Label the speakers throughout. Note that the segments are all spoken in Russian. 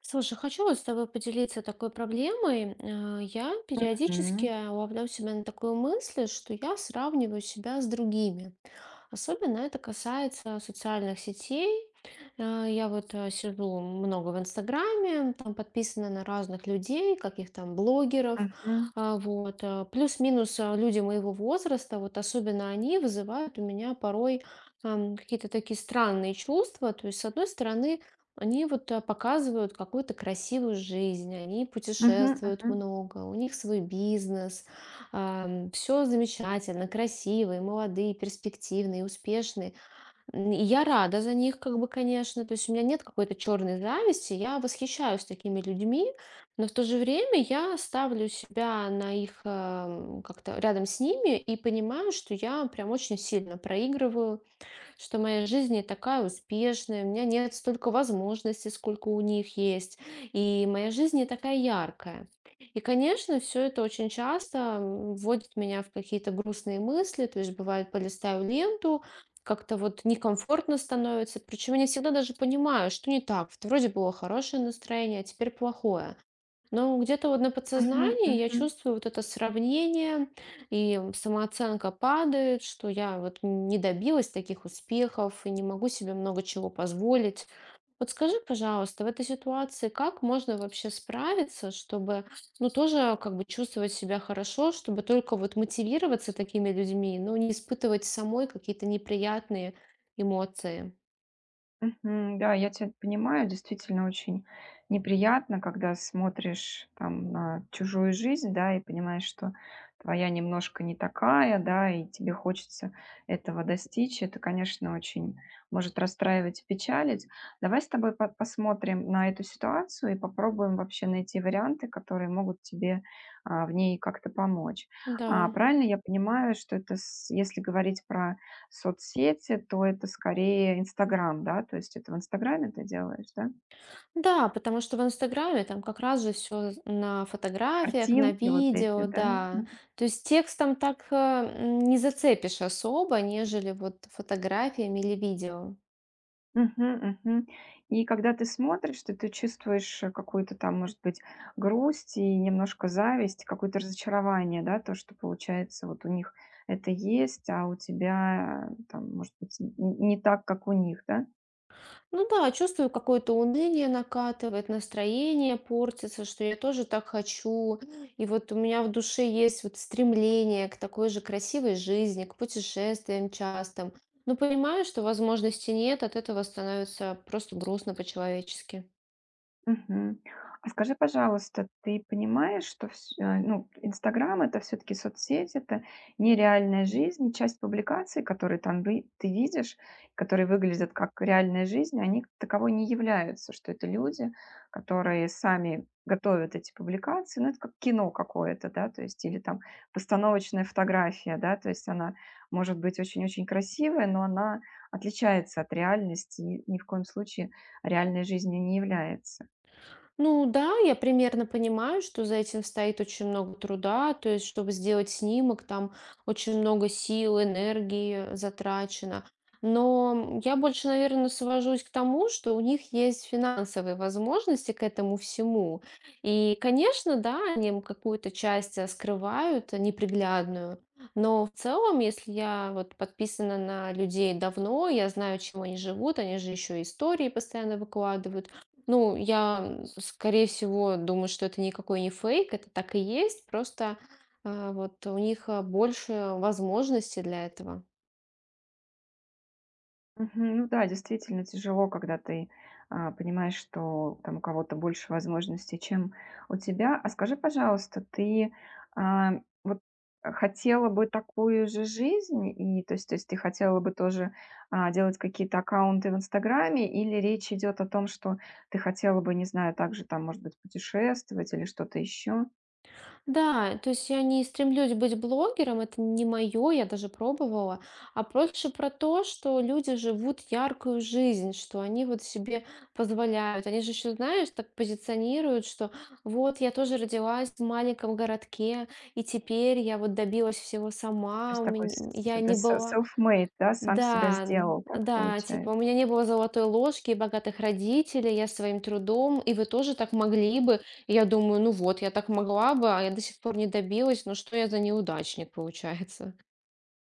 Speaker 1: Слушай, хочу вот с тобой поделиться такой проблемой. Я
Speaker 2: Мгм.
Speaker 1: периодически ловлю себя на такую мысль, что я сравниваю себя с другими. Особенно это касается социальных сетей. Я вот сижу много в Инстаграме, там подписана на разных людей, каких там блогеров.
Speaker 2: Мгм.
Speaker 1: Вот. Плюс-минус люди моего возраста, вот особенно они вызывают у меня порой какие-то такие странные чувства. То есть, с одной стороны, они вот показывают какую-то красивую жизнь, они
Speaker 2: Мгм,
Speaker 1: путешествуют
Speaker 2: мгм.
Speaker 1: много, у них свой бизнес, все замечательно, красивые, молодые, перспективные, успешные. И я рада за них, как бы, конечно, то есть у меня нет какой-то черной зависти, я восхищаюсь такими людьми, но в то же время я ставлю себя на их как-то рядом с ними и понимаю, что я прям очень сильно проигрываю, что моя жизнь не такая успешная, у меня нет столько возможностей, сколько у них есть, и моя жизнь не такая яркая. И, конечно, все это очень часто вводит меня в какие-то грустные мысли, то есть бывает, полистаю ленту, как-то вот некомфортно становится, причем я не всегда даже понимаю, что не так. Вот вроде было хорошее настроение, а теперь плохое. Но где-то вот на
Speaker 2: Мгм,
Speaker 1: подсознании я
Speaker 2: мгм.
Speaker 1: чувствую вот это сравнение, и самооценка падает, что я вот не добилась таких успехов и не могу себе много чего позволить. Вот скажи, пожалуйста, в этой ситуации как можно вообще справиться, чтобы, ну, тоже как бы чувствовать себя хорошо, чтобы только вот мотивироваться такими людьми, но не испытывать самой какие-то неприятные эмоции?
Speaker 2: Мгм. Да, я тебя понимаю, действительно очень неприятно, когда смотришь там на чужую жизнь, да, и понимаешь, что твоя немножко не такая, да, и тебе хочется этого достичь. Это, конечно, очень может расстраивать и печалить. Давай с тобой посмотрим на эту ситуацию и попробуем вообще найти варианты, которые могут тебе в ней как-то помочь.
Speaker 1: Да.
Speaker 2: Правильно я понимаю, что это, если говорить про соцсети, то это скорее "Инстаграм", да? То есть это в "Инстаграме" ты делаешь, да?
Speaker 1: Да, потому что в "Инстаграме" там как раз же все на фотографиях, на
Speaker 2: Картинки вот эти,
Speaker 1: видео,
Speaker 2: да?
Speaker 1: да.
Speaker 2: Мгм.
Speaker 1: То есть текстом так, не зацепишь особо, нежели вот фотографиями или видео.
Speaker 2: Мгм, мгм. И когда ты смотришь, то ты чувствуешь, какую-то там, может быть, грусть и немножко зависть, какое-то разочарование, да? То, что получается, вот у них это есть, а у тебя, там, может быть, н не так, как у них, да?
Speaker 1: Ну да, чувствую, какое-то уныние накатывает, настроение портится, что я тоже так хочу. И вот у меня в душе есть вот стремление к такой же красивой жизни, к путешествиям частым. Но понимаю, что возможностей нет, от этого становится просто грустно по-человечески.
Speaker 2: Мгм. А скажи, пожалуйста, ты понимаешь, что ну, "Инстаграм" — это все таки соцсеть, это не реальная жизнь, часть публикаций, которые там вы ты видишь, которые выглядят как реальная жизнь, они таковой не являются, что это люди, которые сами готовят эти публикации. Ну, это как кино какое-то, да, то есть или там постановочная фотография, да, то есть она может быть очень-очень красивая, но она отличается от реальности и ни в коем случае реальной жизнью не является.
Speaker 1: Ну да, я примерно понимаю, что за этим стоит очень много труда, то есть, чтобы сделать снимок, там очень много сил, энергии затрачено. Но я больше, наверное, свожусь к тому, что у них есть финансовые возможности к этому всему. И, конечно, да, они какую-то часть скрывают, неприглядную. Но в целом, если я вот подписана на людей давно, я знаю, чем они живут, они же еще истории постоянно выкладывают. Ну, я, скорее всего, думаю, что это никакой не фейк, это так и есть, просто вот у них больше возможностей для этого.
Speaker 2: Мгм. Ну да, действительно тяжело, когда ты, понимаешь, что там у кого-то больше возможностей, чем у тебя. А скажи, пожалуйста, ты, а, вот, хотела бы такую же жизнь? И, то есть ты хотела бы тоже, делать какие-то аккаунты в "Инстаграме" или речь идет о том, что ты хотела бы, не знаю, также там, может быть, путешествовать или что-то еще?
Speaker 1: Да, то есть я не стремлюсь быть блогером, это не мое, я даже пробовала, а проще про то, что люди живут яркую жизнь, что они вот себе позволяют. Они же еще, знаешь, так позиционируют, что вот я тоже родилась в маленьком городке, и теперь я вот добилась всего
Speaker 2: То
Speaker 1: сама,
Speaker 2: есть такой с
Speaker 1: я
Speaker 2: это
Speaker 1: не
Speaker 2: с
Speaker 1: была.
Speaker 2: self-made, да, сам себя
Speaker 1: Да,
Speaker 2: сделал, так
Speaker 1: да, типа у
Speaker 2: получается?
Speaker 1: меня не было золотой ложки и богатых родителей, я своим трудом, и вы тоже так могли бы. И я думаю, ну вот, я так могла бы, а я до сих пор не добилась, ну что я за неудачник получается?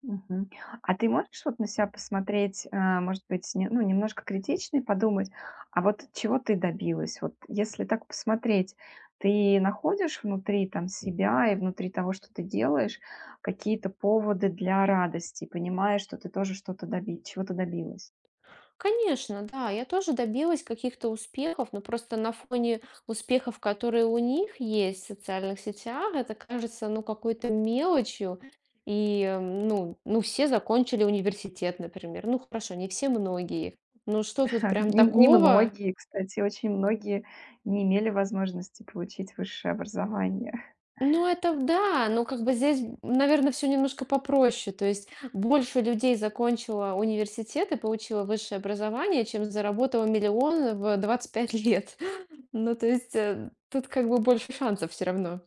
Speaker 2: Мгм. А ты можешь вот на себя посмотреть, может быть, ну, немножко критично и подумать, а вот чего ты добилась? Вот если так посмотреть, ты находишь внутри там себя и внутри того, что ты делаешь, какие-то поводы для радости, понимаешь, что ты тоже чего-то добилась.
Speaker 1: Конечно, да, я тоже добилась каких-то успехов, но просто на фоне успехов, которые у них есть в социальных сетях, это кажется, ну, какой-то мелочью. И, ну, все закончили университет, например. Ну, хорошо, не все, многие. Ну, что тут прям
Speaker 2: Не
Speaker 1: такого?
Speaker 2: Немногие, кстати, очень многие не имели возможности получить высшее образование.
Speaker 1: Ну, это да, но как бы здесь, наверное, все немножко попроще. То есть больше людей закончила университет и получило высшее образование, чем заработала миллион в 25 лет. Ну, то есть, тут как бы больше шансов все равно.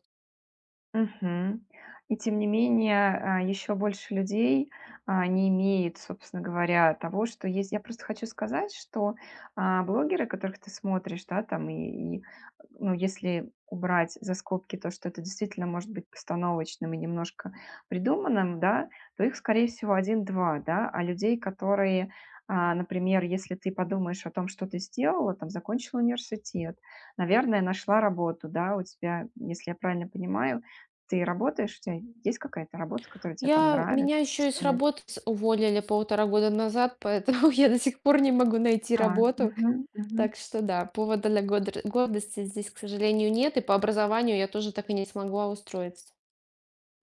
Speaker 2: Мгм. И тем не менее, еще больше людей, не имеет, собственно говоря, того, что есть. Я просто хочу сказать, что, блогеры, которых ты смотришь, да, там ну, если убрать за скобки то, что это действительно может быть постановочным и немножко придуманным, да, то их, скорее всего, один-два, да. А людей, которые, например, если ты подумаешь о том, что ты сделала, там, закончила университет, наверное, нашла работу, да, у тебя, если я правильно понимаю, ты работаешь, у тебя есть какая-то работа, которая тебе там
Speaker 1: Я меня
Speaker 2: нравится,
Speaker 1: еще и с
Speaker 2: доставляет?
Speaker 1: работы с уволили 1,5 года назад, поэтому я до сих пор не могу найти
Speaker 2: Да,
Speaker 1: работу.
Speaker 2: мгм, мгм,
Speaker 1: Так что да, повода для годр гордости здесь, к сожалению, нет, и по образованию я тоже так и не смогла устроиться.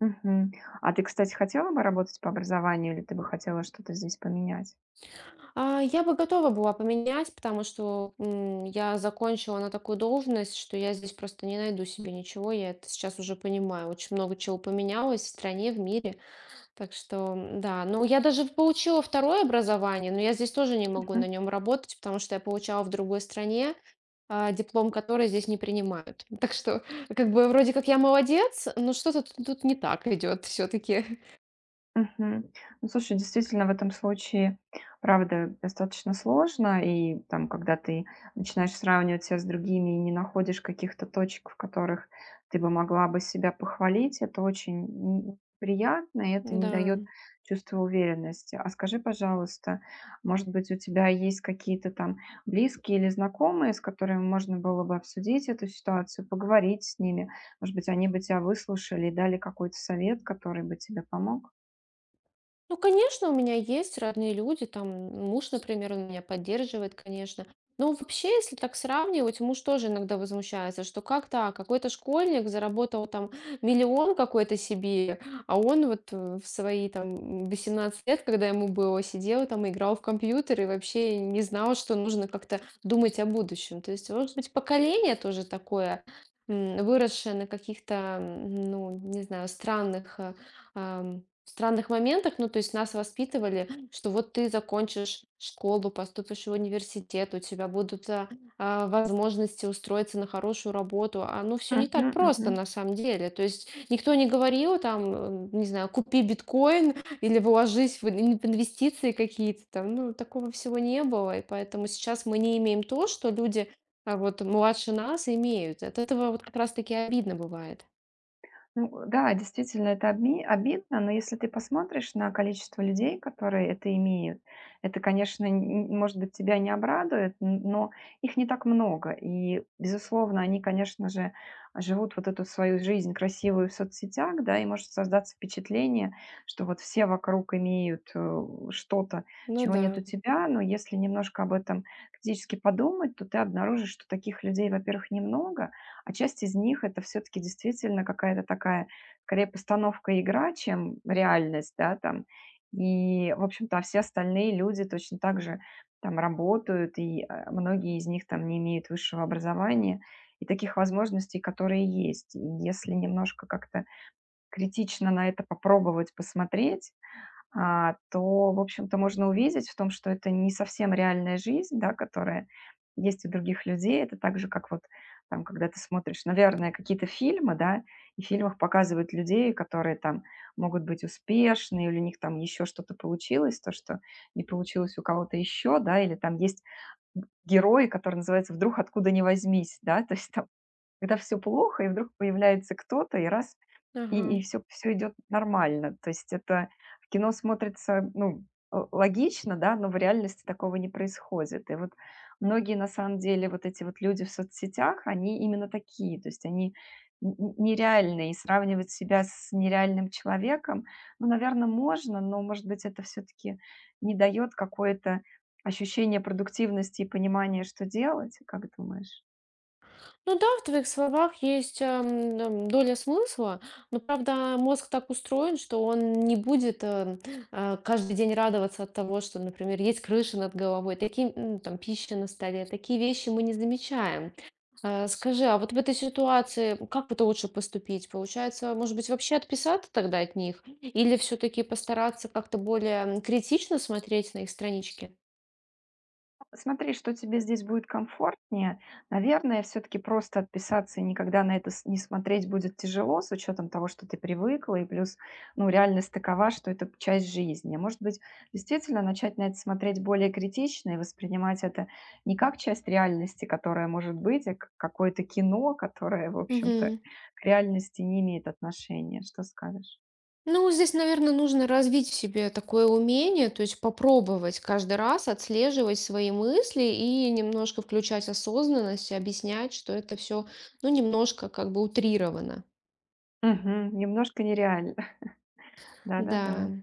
Speaker 2: мгм. А ты, кстати, хотела бы работать по образованию или ты бы хотела что-то здесь поменять?
Speaker 1: А, я бы готова была поменять, потому что, я закончила на такую должность, что я здесь просто не найду себе ничего. Я это сейчас уже понимаю. Очень много чего поменялось в стране, в мире. Так что, да. Ну, я даже получила второе образование, но я здесь тоже не могу на нем работать, потому что я получала в другой стране, диплом, который здесь не принимают. Так что, как бы, вроде как я молодец, но что-то тут не так идет все-таки.
Speaker 2: Мгм. Ну, слушай, действительно, в этом случае, правда, достаточно сложно. И там, когда ты начинаешь сравнивать себя с другими и не находишь каких-то точек, в которых ты бы могла бы себя похвалить, это очень приятно, и это не
Speaker 1: Да.
Speaker 2: дает чувства уверенности. А скажи, пожалуйста, может быть, у тебя есть какие-то там близкие или знакомые, с которыми можно было бы обсудить эту ситуацию, поговорить с ними? Может быть, они бы тебя выслушали и дали какой-то совет, который бы тебе помог?
Speaker 1: Ну, конечно, у меня есть родные люди, там муж, например, он меня поддерживает, конечно. Но вообще, если так сравнивать, муж тоже иногда возмущается, что как так, какой-то школьник заработал там миллион какой-то себе, а он вот в свои там 18 лет, когда ему было, сидел там, и играл в компьютер и вообще не знал, что нужно как-то думать о будущем. То есть, может быть, поколение тоже такое, выросшее на каких-то, ну, не знаю, ам, в странных моментах, ну, то есть нас воспитывали, что вот ты закончишь школу, поступишь в университет, у тебя будут возможности устроиться на хорошую работу. А ну все не
Speaker 2: Мгм,
Speaker 1: так просто
Speaker 2: мгм.
Speaker 1: на самом деле. То есть никто не говорил там, не знаю, купи биткоин или вложись в в инвестиции какие-то там. Ну, такого всего не было. И поэтому сейчас мы не имеем то, что люди вот младше нас имеют. От этого вот как раз-таки обидно бывает.
Speaker 2: Ну да, действительно, это обми обидно, но если ты посмотришь на количество людей, которые это имеют, это, конечно, н может быть, тебя не обрадует, н но их не так много. И, безусловно, они, конечно же, живут вот эту свою жизнь красивую в соцсетях, да, и может создаться впечатление, что вот все вокруг имеют, что-то,
Speaker 1: Ну
Speaker 2: чего
Speaker 1: да.
Speaker 2: нет у тебя. Но если немножко об этом критически подумать, то ты обнаружишь, что таких людей, во-первых, немного. А часть из них — это все таки действительно какая-то такая, скорее, постановка и игра, чем реальность, да, там. И, в общем-то, все остальные люди точно так же там работают, и, многие из них там не имеют высшего образования и таких возможностей, которые есть. И если немножко как-то критично на это попробовать посмотреть, то, в общем-то, можно увидеть в том, что это не совсем реальная жизнь, да, которая есть у других людей. Это так же, как вот там, когда ты смотришь, наверное, какие-то фильмы, да, и в фильмах показывают людей, которые там могут быть успешны, или у них там еще что-то получилось, то, что не получилось у кого-то еще, да, или там есть герои, который называется «Вдруг откуда ни возьмись», да, то есть там когда все плохо, и вдруг появляется кто-то, и раз
Speaker 1: Ага.
Speaker 2: и всё идёт нормально. То есть это в кино смотрится, ну, л логично, да, но в реальности такого не происходит. И вот многие, на самом деле, вот эти вот люди в соцсетях, они именно такие. То есть они н н нереальные, и сравнивать себя с нереальным человеком, ну, наверное, можно, но, может быть, это все таки не дает какое-то ощущение продуктивности и понимания, что делать. Как думаешь?
Speaker 1: Ну да, в твоих словах есть доля смысла, но правда мозг так устроен, что он не будет каждый день радоваться от того, что, например, есть крыша над головой, такие там пища на столе, такие вещи мы не замечаем. Скажи, а вот в этой ситуации как вот лучше поступить? Получается, может быть, вообще отписаться тогда от них, или все-таки постараться как-то более критично смотреть на их странички?
Speaker 2: Смотри, что тебе здесь будет комфортнее. Наверное, все-таки просто отписаться и никогда на это не смотреть будет тяжело, с учетом того, что ты привыкла, и плюс, ну, реальность такова, что это часть жизни. Может быть, действительно начать на это смотреть более критично и воспринимать это не как часть реальности, которая может быть, а как какое-то кино, которое, в общем-то,
Speaker 1: Мгм.
Speaker 2: к реальности не имеет отношения. Что скажешь?
Speaker 1: Ну, здесь, наверное, нужно развить в себе такое умение, то есть попробовать каждый раз отслеживать свои мысли и немножко включать осознанность, и объяснять, что это все, ну, немножко как бы утрировано.
Speaker 2: Мгм. Немножко нереально.
Speaker 1: Да.
Speaker 2: Да-да-да.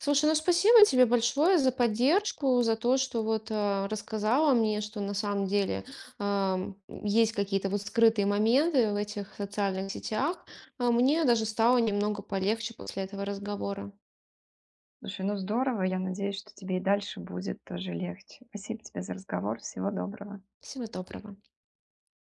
Speaker 1: Слушай, ну спасибо тебе большое за поддержку, за то, что вот рассказала мне, что на самом деле есть какие-то вот скрытые моменты в этих социальных сетях. А мне даже стало немного полегче после этого разговора.
Speaker 2: Слушай, ну здорово. Я надеюсь, что тебе и дальше будет тоже легче. Спасибо тебе за разговор. Всего доброго.
Speaker 1: Всего доброго.